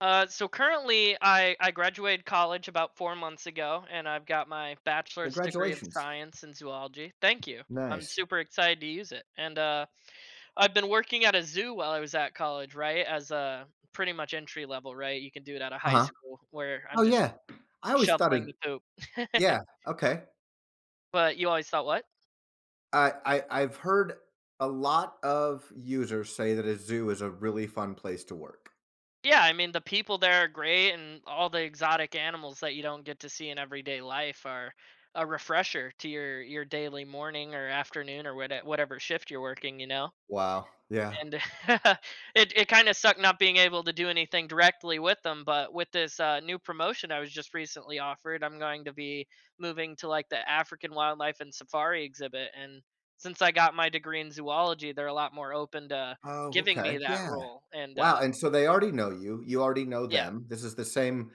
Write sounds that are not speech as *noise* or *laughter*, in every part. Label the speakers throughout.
Speaker 1: So currently, I graduated college about 4 months ago, and I've got my bachelor's degree of
Speaker 2: Congratulations.
Speaker 1: science in zoology. Thank you. I'm
Speaker 2: Nice.
Speaker 1: super excited to use it. And I've been working at a zoo while I was at college, right? As a pretty much entry level, right? You can do it out of high
Speaker 2: Uh-huh.
Speaker 1: school, where
Speaker 2: Oh,
Speaker 1: I'm just
Speaker 2: yeah. I always thought it
Speaker 1: shoveling the poop. *laughs*
Speaker 2: yeah, okay.
Speaker 1: But you always thought what?
Speaker 2: I've heard a lot of users say that a zoo is a really fun place to work.
Speaker 1: Yeah, I mean the people there are great, and all the exotic animals that you don't get to see in everyday life are a refresher to your daily morning or afternoon or whatever shift you're working.
Speaker 2: Wow. Yeah.
Speaker 1: And *laughs* it kind of sucked not being able to do anything directly with them. But with this new promotion I was just recently offered, I'm going to be moving to like the African wildlife and safari exhibit, and since I got my degree in zoology, they're a lot more open to
Speaker 2: Oh,
Speaker 1: giving
Speaker 2: okay.
Speaker 1: me that
Speaker 2: Yeah.
Speaker 1: role, and
Speaker 2: Wow, and so they already know you, you already know
Speaker 1: yeah.
Speaker 2: them. This is the same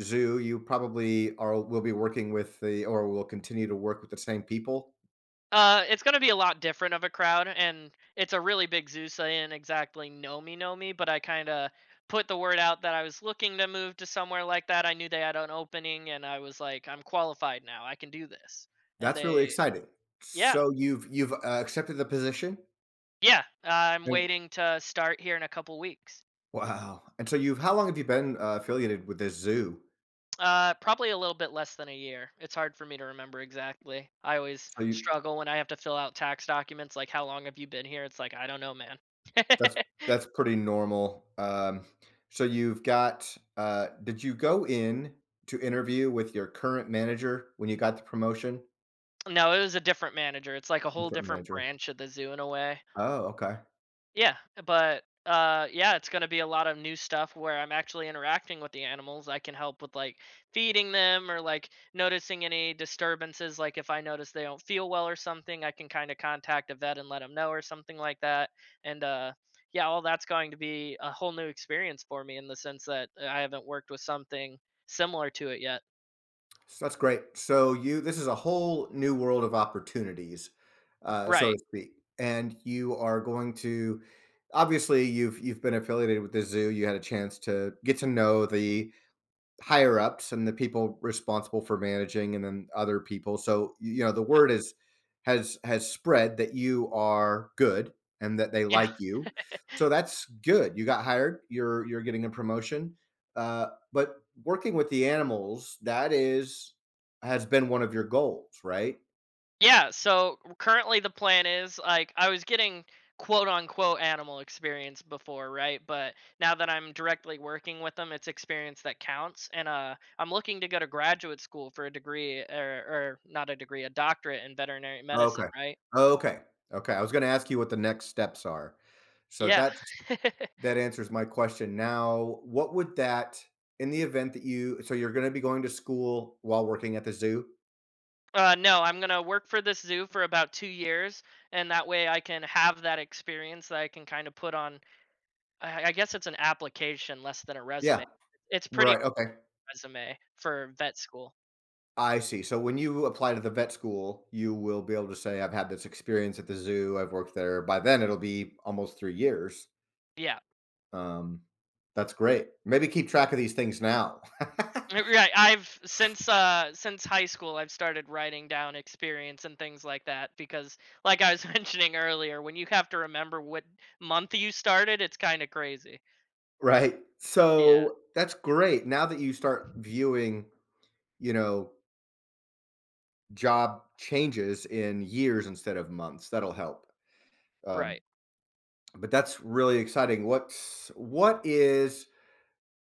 Speaker 2: zoo you probably are will be working with the or will continue to work with the same people.
Speaker 1: It's gonna be a lot different of a crowd, and it's a really big zoo, so they didn't exactly know me, but I kind of put the word out that I was looking to move to somewhere like that. I knew they had an opening, and I was like, I'm qualified now. I can do this. And
Speaker 2: That's really
Speaker 1: they,
Speaker 2: exciting.
Speaker 1: yeah,
Speaker 2: So you've accepted the position?
Speaker 1: yeah, I'm waiting to start here in a couple weeks.
Speaker 2: Wow. And so you've how long have you been, affiliated with this zoo?
Speaker 1: Probably a little bit less than a year. It's hard for me to remember exactly. I always
Speaker 2: So you
Speaker 1: struggle when I have to fill out tax documents, like, how long have you been here? It's like, I don't know, man.
Speaker 2: that's
Speaker 1: *laughs*
Speaker 2: that's pretty normal. So you've got did you go in to interview with your current manager when you got the promotion?
Speaker 1: No, it was a different manager. It's like a whole
Speaker 2: Different
Speaker 1: different
Speaker 2: manager.
Speaker 1: branch of the zoo in a way.
Speaker 2: Oh, okay.
Speaker 1: Yeah, but yeah, it's going to be a lot of new stuff where I'm actually interacting with the animals. I can help with like feeding them or like noticing any disturbances like if I notice they don't feel well or something, I can kind of contact a vet and let them know or something like that. And yeah, all that's going to be a whole new experience for me in the sense that I haven't worked with something similar to it yet.
Speaker 2: So that's great. So you this is a whole new world of opportunities, so to
Speaker 1: Right.
Speaker 2: speak. And you are going to obviously you've been affiliated with the zoo. You had a chance to get to know the higher ups and the people responsible for managing and then other people. So, you know, the
Speaker 1: Yep.
Speaker 2: word is has spread that you are good and that they like
Speaker 1: *laughs*
Speaker 2: you. So that's good. You got hired, you're getting a promotion. But working with the animals, that is has been one of your goals, right?
Speaker 1: Yeah, so currently the plan is like I was getting quote unquote animal experience before, right? But now that I'm directly working with them, it's experience that counts. And I'm looking to go to graduate school for a degree or not a degree, a doctorate in veterinary medicine,
Speaker 2: Okay.
Speaker 1: right?
Speaker 2: Okay. Okay. I was going to ask you what the next steps are. So
Speaker 1: Yeah.
Speaker 2: that's
Speaker 1: *laughs*
Speaker 2: that answers my question. Now, what would that in the event that you so you're gonna be going to school while working at the zoo?
Speaker 1: No, I'm gonna work for this zoo for about 2 years, and that way I can have that experience that I can kind of put on. I guess it's an application less than a
Speaker 2: Yeah,
Speaker 1: resume. It's pretty
Speaker 2: right, okay.
Speaker 1: resume for vet school.
Speaker 2: I see. So when you apply to the vet school, you will be able to say, "I've had this experience at the zoo. I've worked there." By then, it'll be almost 3 years.
Speaker 1: Yeah.
Speaker 2: Um, that's great. Maybe keep track of these things now. *laughs*
Speaker 1: Right. I've since high school I've started writing down experience and things like that because like I was *laughs* mentioning earlier, when you have to remember what month you started, it's kind of crazy.
Speaker 2: Right.
Speaker 1: Yeah.
Speaker 2: So that's great. Now that you start viewing, you know, job changes in years instead of months, that'll help. Uh,
Speaker 1: Right.
Speaker 2: but that's really exciting. What's what is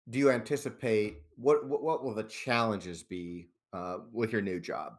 Speaker 2: do you anticipate what will the challenges be with your new job?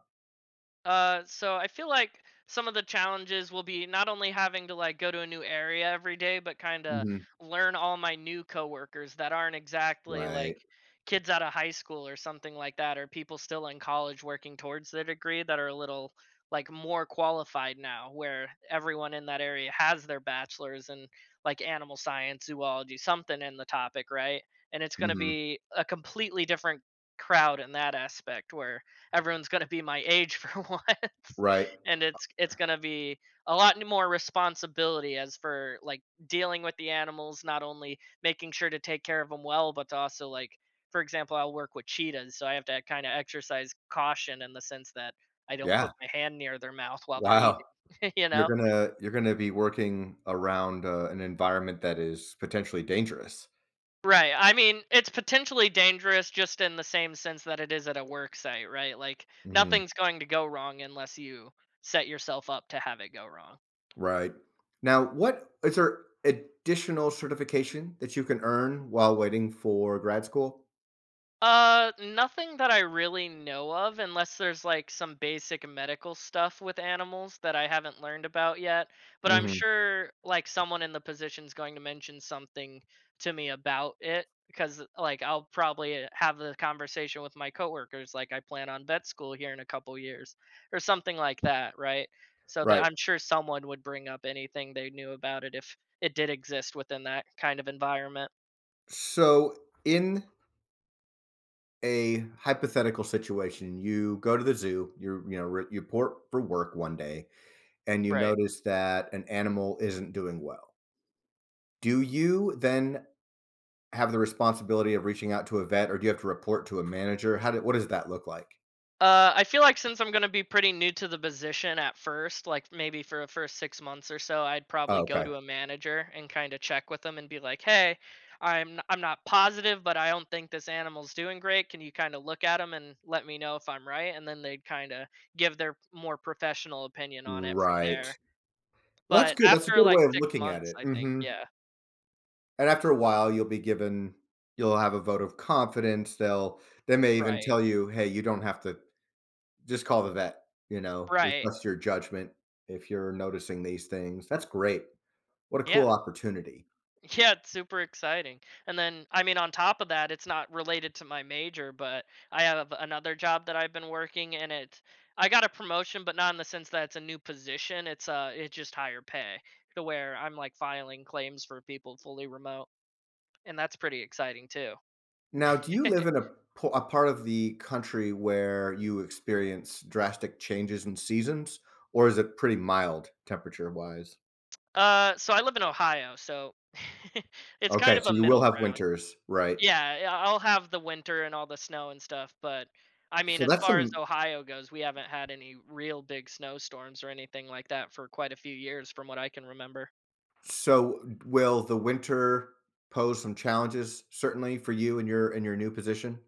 Speaker 1: So I feel like some of the challenges will be not only having to like go to a new area every day, but kind of
Speaker 2: Mhm.
Speaker 1: learn all my new coworkers that aren't exactly like
Speaker 2: Right.
Speaker 1: kids out of high school or something like that, or people still in college working towards their degree that are a little like more qualified now, where everyone in that area has their bachelor's in like animal science, zoology, something in the topic, right? And it's going to
Speaker 2: Mhm.
Speaker 1: be a completely different crowd in that aspect where everyone's going to be my age for *laughs* once
Speaker 2: Right.
Speaker 1: and it's going to be a lot more responsibility as for like dealing with the animals, not only making sure to take care of them well but to also like, for example, I'll work with cheetahs, so I have to kind of exercise caution in the sense that I don't
Speaker 2: Yeah.
Speaker 1: put my hand near their mouth while they're
Speaker 2: Wow.
Speaker 1: eating, *laughs* you
Speaker 2: You're
Speaker 1: know.
Speaker 2: gonna you're gonna be working around an environment that is potentially dangerous.
Speaker 1: Right. I mean, it's potentially dangerous just in the same sense that it is at a work site, right? Like,
Speaker 2: Hmm.
Speaker 1: nothing's going to go wrong unless you set yourself up to have it go wrong.
Speaker 2: Right. Now, what is there additional certification that you can earn while waiting for grad school?
Speaker 1: Nothing that I really know of, unless there's like some basic medical stuff with animals that I haven't learned about yet. But I'm
Speaker 2: Hmm.
Speaker 1: sure like someone in the position's going to mention something to me about it because like I'll probably have the conversation with my coworkers, like I plan on vet school here in a couple years or something like that, right? So that
Speaker 2: Right.
Speaker 1: I'm sure someone would bring up anything they knew about it if it did exist within that kind of environment,
Speaker 2: So in a hypothetical situation, you go to the zoo, you're, you know, you report for work one day, and you
Speaker 1: right?
Speaker 2: notice that an animal isn't doing well. Do you then have the responsibility of reaching out to a vet, or do you have to report to a manager? How did what does that look like?
Speaker 1: I feel like since I'm going to be pretty new to the position at first, like maybe for the first 6 months or so, I'd
Speaker 2: Oh,
Speaker 1: probably go
Speaker 2: okay.
Speaker 1: to a manager and kind of check with them and be like, "Hey, I'm not positive, but I don't think this animal's doing great. Can you kind of look at him and let me know if I'm right?" And then they'd kind of give their more professional opinion on it from
Speaker 2: Right,
Speaker 1: there.
Speaker 2: well, that's
Speaker 1: But
Speaker 2: good, that's a
Speaker 1: after
Speaker 2: good
Speaker 1: like
Speaker 2: way of
Speaker 1: six
Speaker 2: looking at
Speaker 1: months,
Speaker 2: it.
Speaker 1: I think,
Speaker 2: Hmm.
Speaker 1: yeah,
Speaker 2: And after a
Speaker 1: uh,
Speaker 2: while, you'll be given you'll have a vote of confidence. They'll they may even
Speaker 1: right,
Speaker 2: tell you, hey, you don't have to just call the vet, you know, we
Speaker 1: right,
Speaker 2: trust your judgment if you're noticing these things. That's great. What a cool
Speaker 1: yeah.
Speaker 2: opportunity.
Speaker 1: Yeah, it's super exciting. And then, I mean, on top of that, it's not related to my major, but I have another job that I've been working, and it I got a promotion, but not in the sense that it's a new position. It's just higher pay to where I'm like filing claims for people fully remote, and that's pretty exciting too.
Speaker 2: Now, do you live in a
Speaker 1: *laughs*
Speaker 2: po a part of the country where you experience drastic changes in seasons, or is it pretty mild temperature-wise?
Speaker 1: So I live in Ohio, so *laughs* it's
Speaker 2: Okay,
Speaker 1: kind of
Speaker 2: so
Speaker 1: a
Speaker 2: you will
Speaker 1: middle
Speaker 2: have
Speaker 1: ground.
Speaker 2: winters, right.
Speaker 1: Yeah, yeah, I'll have the winter and all the snow and stuff, but I mean,
Speaker 2: So
Speaker 1: as
Speaker 2: that's
Speaker 1: far as
Speaker 2: some
Speaker 1: Ohio goes, we haven't had any real big snowstorms or anything like that for quite a few years from what I can remember.
Speaker 2: so will the winter pose some challenges certainly for you in your new position?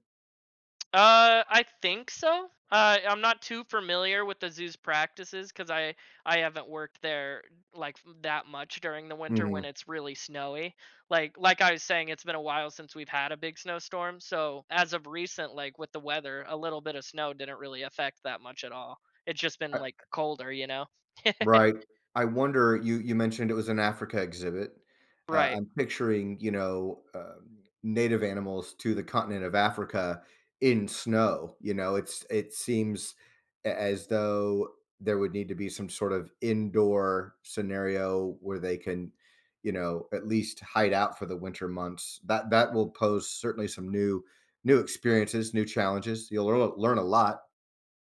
Speaker 1: I think so. I'm not too familiar with the zoo's practices because I haven't worked there that much during the winter
Speaker 2: Mhm.
Speaker 1: when it's really snowy. Like I was saying, it's been a while since we've had a big snowstorm. So as of recent, like with the weather, a little bit of snow didn't really affect that much at all. It's just been like colder, you know.
Speaker 2: Right.
Speaker 1: *laughs*
Speaker 2: I wonder, you mentioned it was an Africa exhibit.
Speaker 1: Right.
Speaker 2: I'm picturing, you know, native animals to the continent of Africa in snow. You know, it's it seems as though there would need to be some sort of indoor scenario where they can, you know, at least hide out for the winter months. That that will pose certainly some new experiences, new challenges. You'll learn a lot.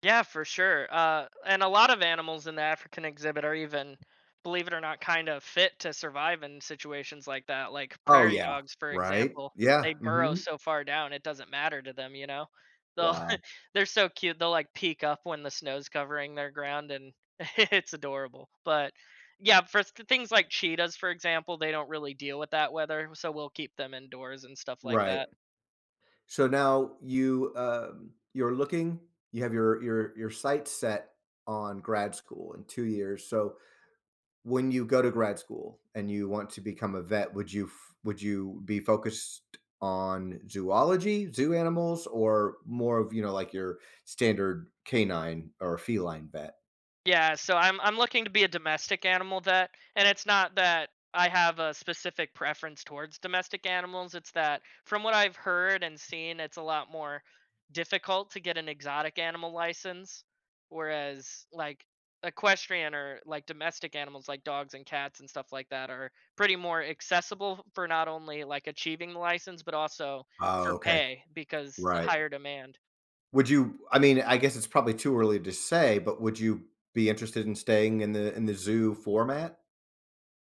Speaker 1: Yeah, for sure. And a lot of animals in the African exhibit are even, believe it or not, kind of fit to survive in situations like that. Like
Speaker 2: Oh
Speaker 1: prairie
Speaker 2: yeah,
Speaker 1: dogs, for
Speaker 2: right?
Speaker 1: example,
Speaker 2: Yeah.
Speaker 1: they burrow
Speaker 2: Hmm.
Speaker 1: so far down it doesn't matter to them. You know, they'll
Speaker 2: Wow.
Speaker 1: *laughs* they're so cute. They'll like peek up when the snow's covering their ground, and *laughs* it's adorable. But yeah, for things like cheetahs, for example, they don't really deal with that weather, so we'll keep them indoors and stuff like
Speaker 2: Right.
Speaker 1: that.
Speaker 2: So now you you're looking, you have your sights set on grad school in 2 years. So when you go to grad school and you want to become a vet, would you would you be focused on zoology, zoo animals, or more of, you know, like your standard canine or feline vet?
Speaker 1: Yeah, so I'm looking to be a domestic animal vet, and it's not that I have a specific preference towards domestic animals. It's that from what I've heard and seen, it's a lot more difficult to get an exotic animal license, whereas like equestrian or like domestic animals like dogs and cats and stuff like that are pretty more accessible for not only like achieving the license but also
Speaker 2: Oh,
Speaker 1: for
Speaker 2: okay.
Speaker 1: pay because
Speaker 2: Right.
Speaker 1: higher demand.
Speaker 2: Would you I mean, I guess it's probably too early to say, but would you be interested in staying in the zoo format?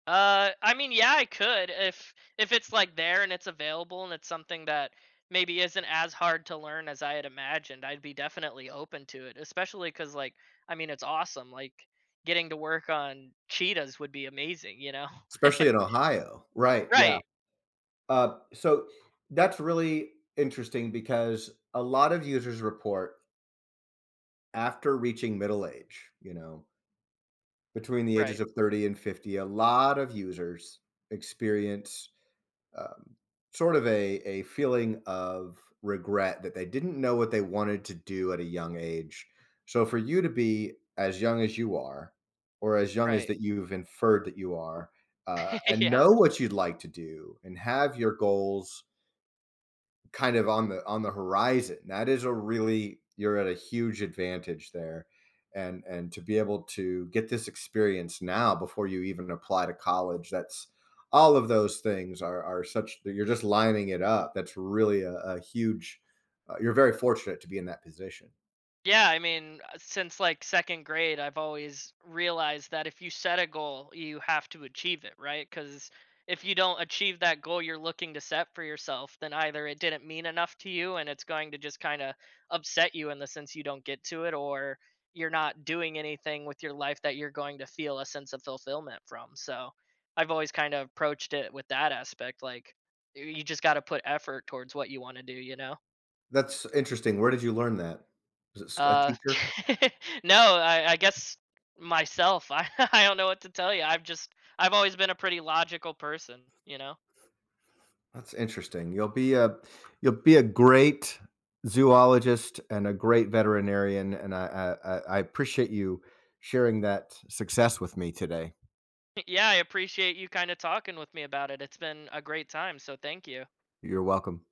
Speaker 1: I mean, yeah, I could if it's like there and it's available and it's something that maybe isn't as hard to learn as I had imagined. I'd be definitely open to it, especially because like I mean, it's awesome. Like getting to work on cheetahs would be amazing, you know? *laughs*
Speaker 2: Especially in Ohio. Right, yeah.
Speaker 1: Right,
Speaker 2: So that's really interesting because a lot of users report after reaching middle age, you know, between the
Speaker 1: right,
Speaker 2: ages of 30 and 50, a lot of users experience um, sort of a feeling of regret that they didn't know what they wanted to do at a young age. So for you to be as young as you are, or as young as
Speaker 1: right.
Speaker 2: that you've inferred that you are,
Speaker 1: *laughs*
Speaker 2: and
Speaker 1: yeah.
Speaker 2: know what you'd like to do, and have your goals kind of on the horizon. That is a really you're at a huge advantage there. And to be able to get this experience now before you even apply to college, that's all of those things are such that you're just lining it up. That's really a huge you're very fortunate to be in that position.
Speaker 1: Yeah, I mean, since like second grade, I've always realized that if you set a goal, you have to achieve it, right? Because if you don't achieve that goal you're looking to set for yourself, then either it didn't mean enough to you and it's going to just kind of upset you in the sense you don't get to it, or you're not doing anything with your life that you're going to feel a sense of fulfillment from. So I've always kind of approached it with that aspect. Like, you just got to put effort towards what you want to do, you know?
Speaker 2: That's interesting. Where did you learn that? Was it a
Speaker 1: Uh,
Speaker 2: teacher?
Speaker 1: *laughs* no, I guess myself. I *laughs* I don't know what to tell you. I've just I've always been a pretty logical person, you know?
Speaker 2: That's interesting. You'll be a great zoologist and a great veterinarian, and I appreciate you sharing that success with me today.
Speaker 1: *laughs* Yeah, I appreciate you kinda talking with me about it. It's been a great time, so thank you.
Speaker 2: You're welcome.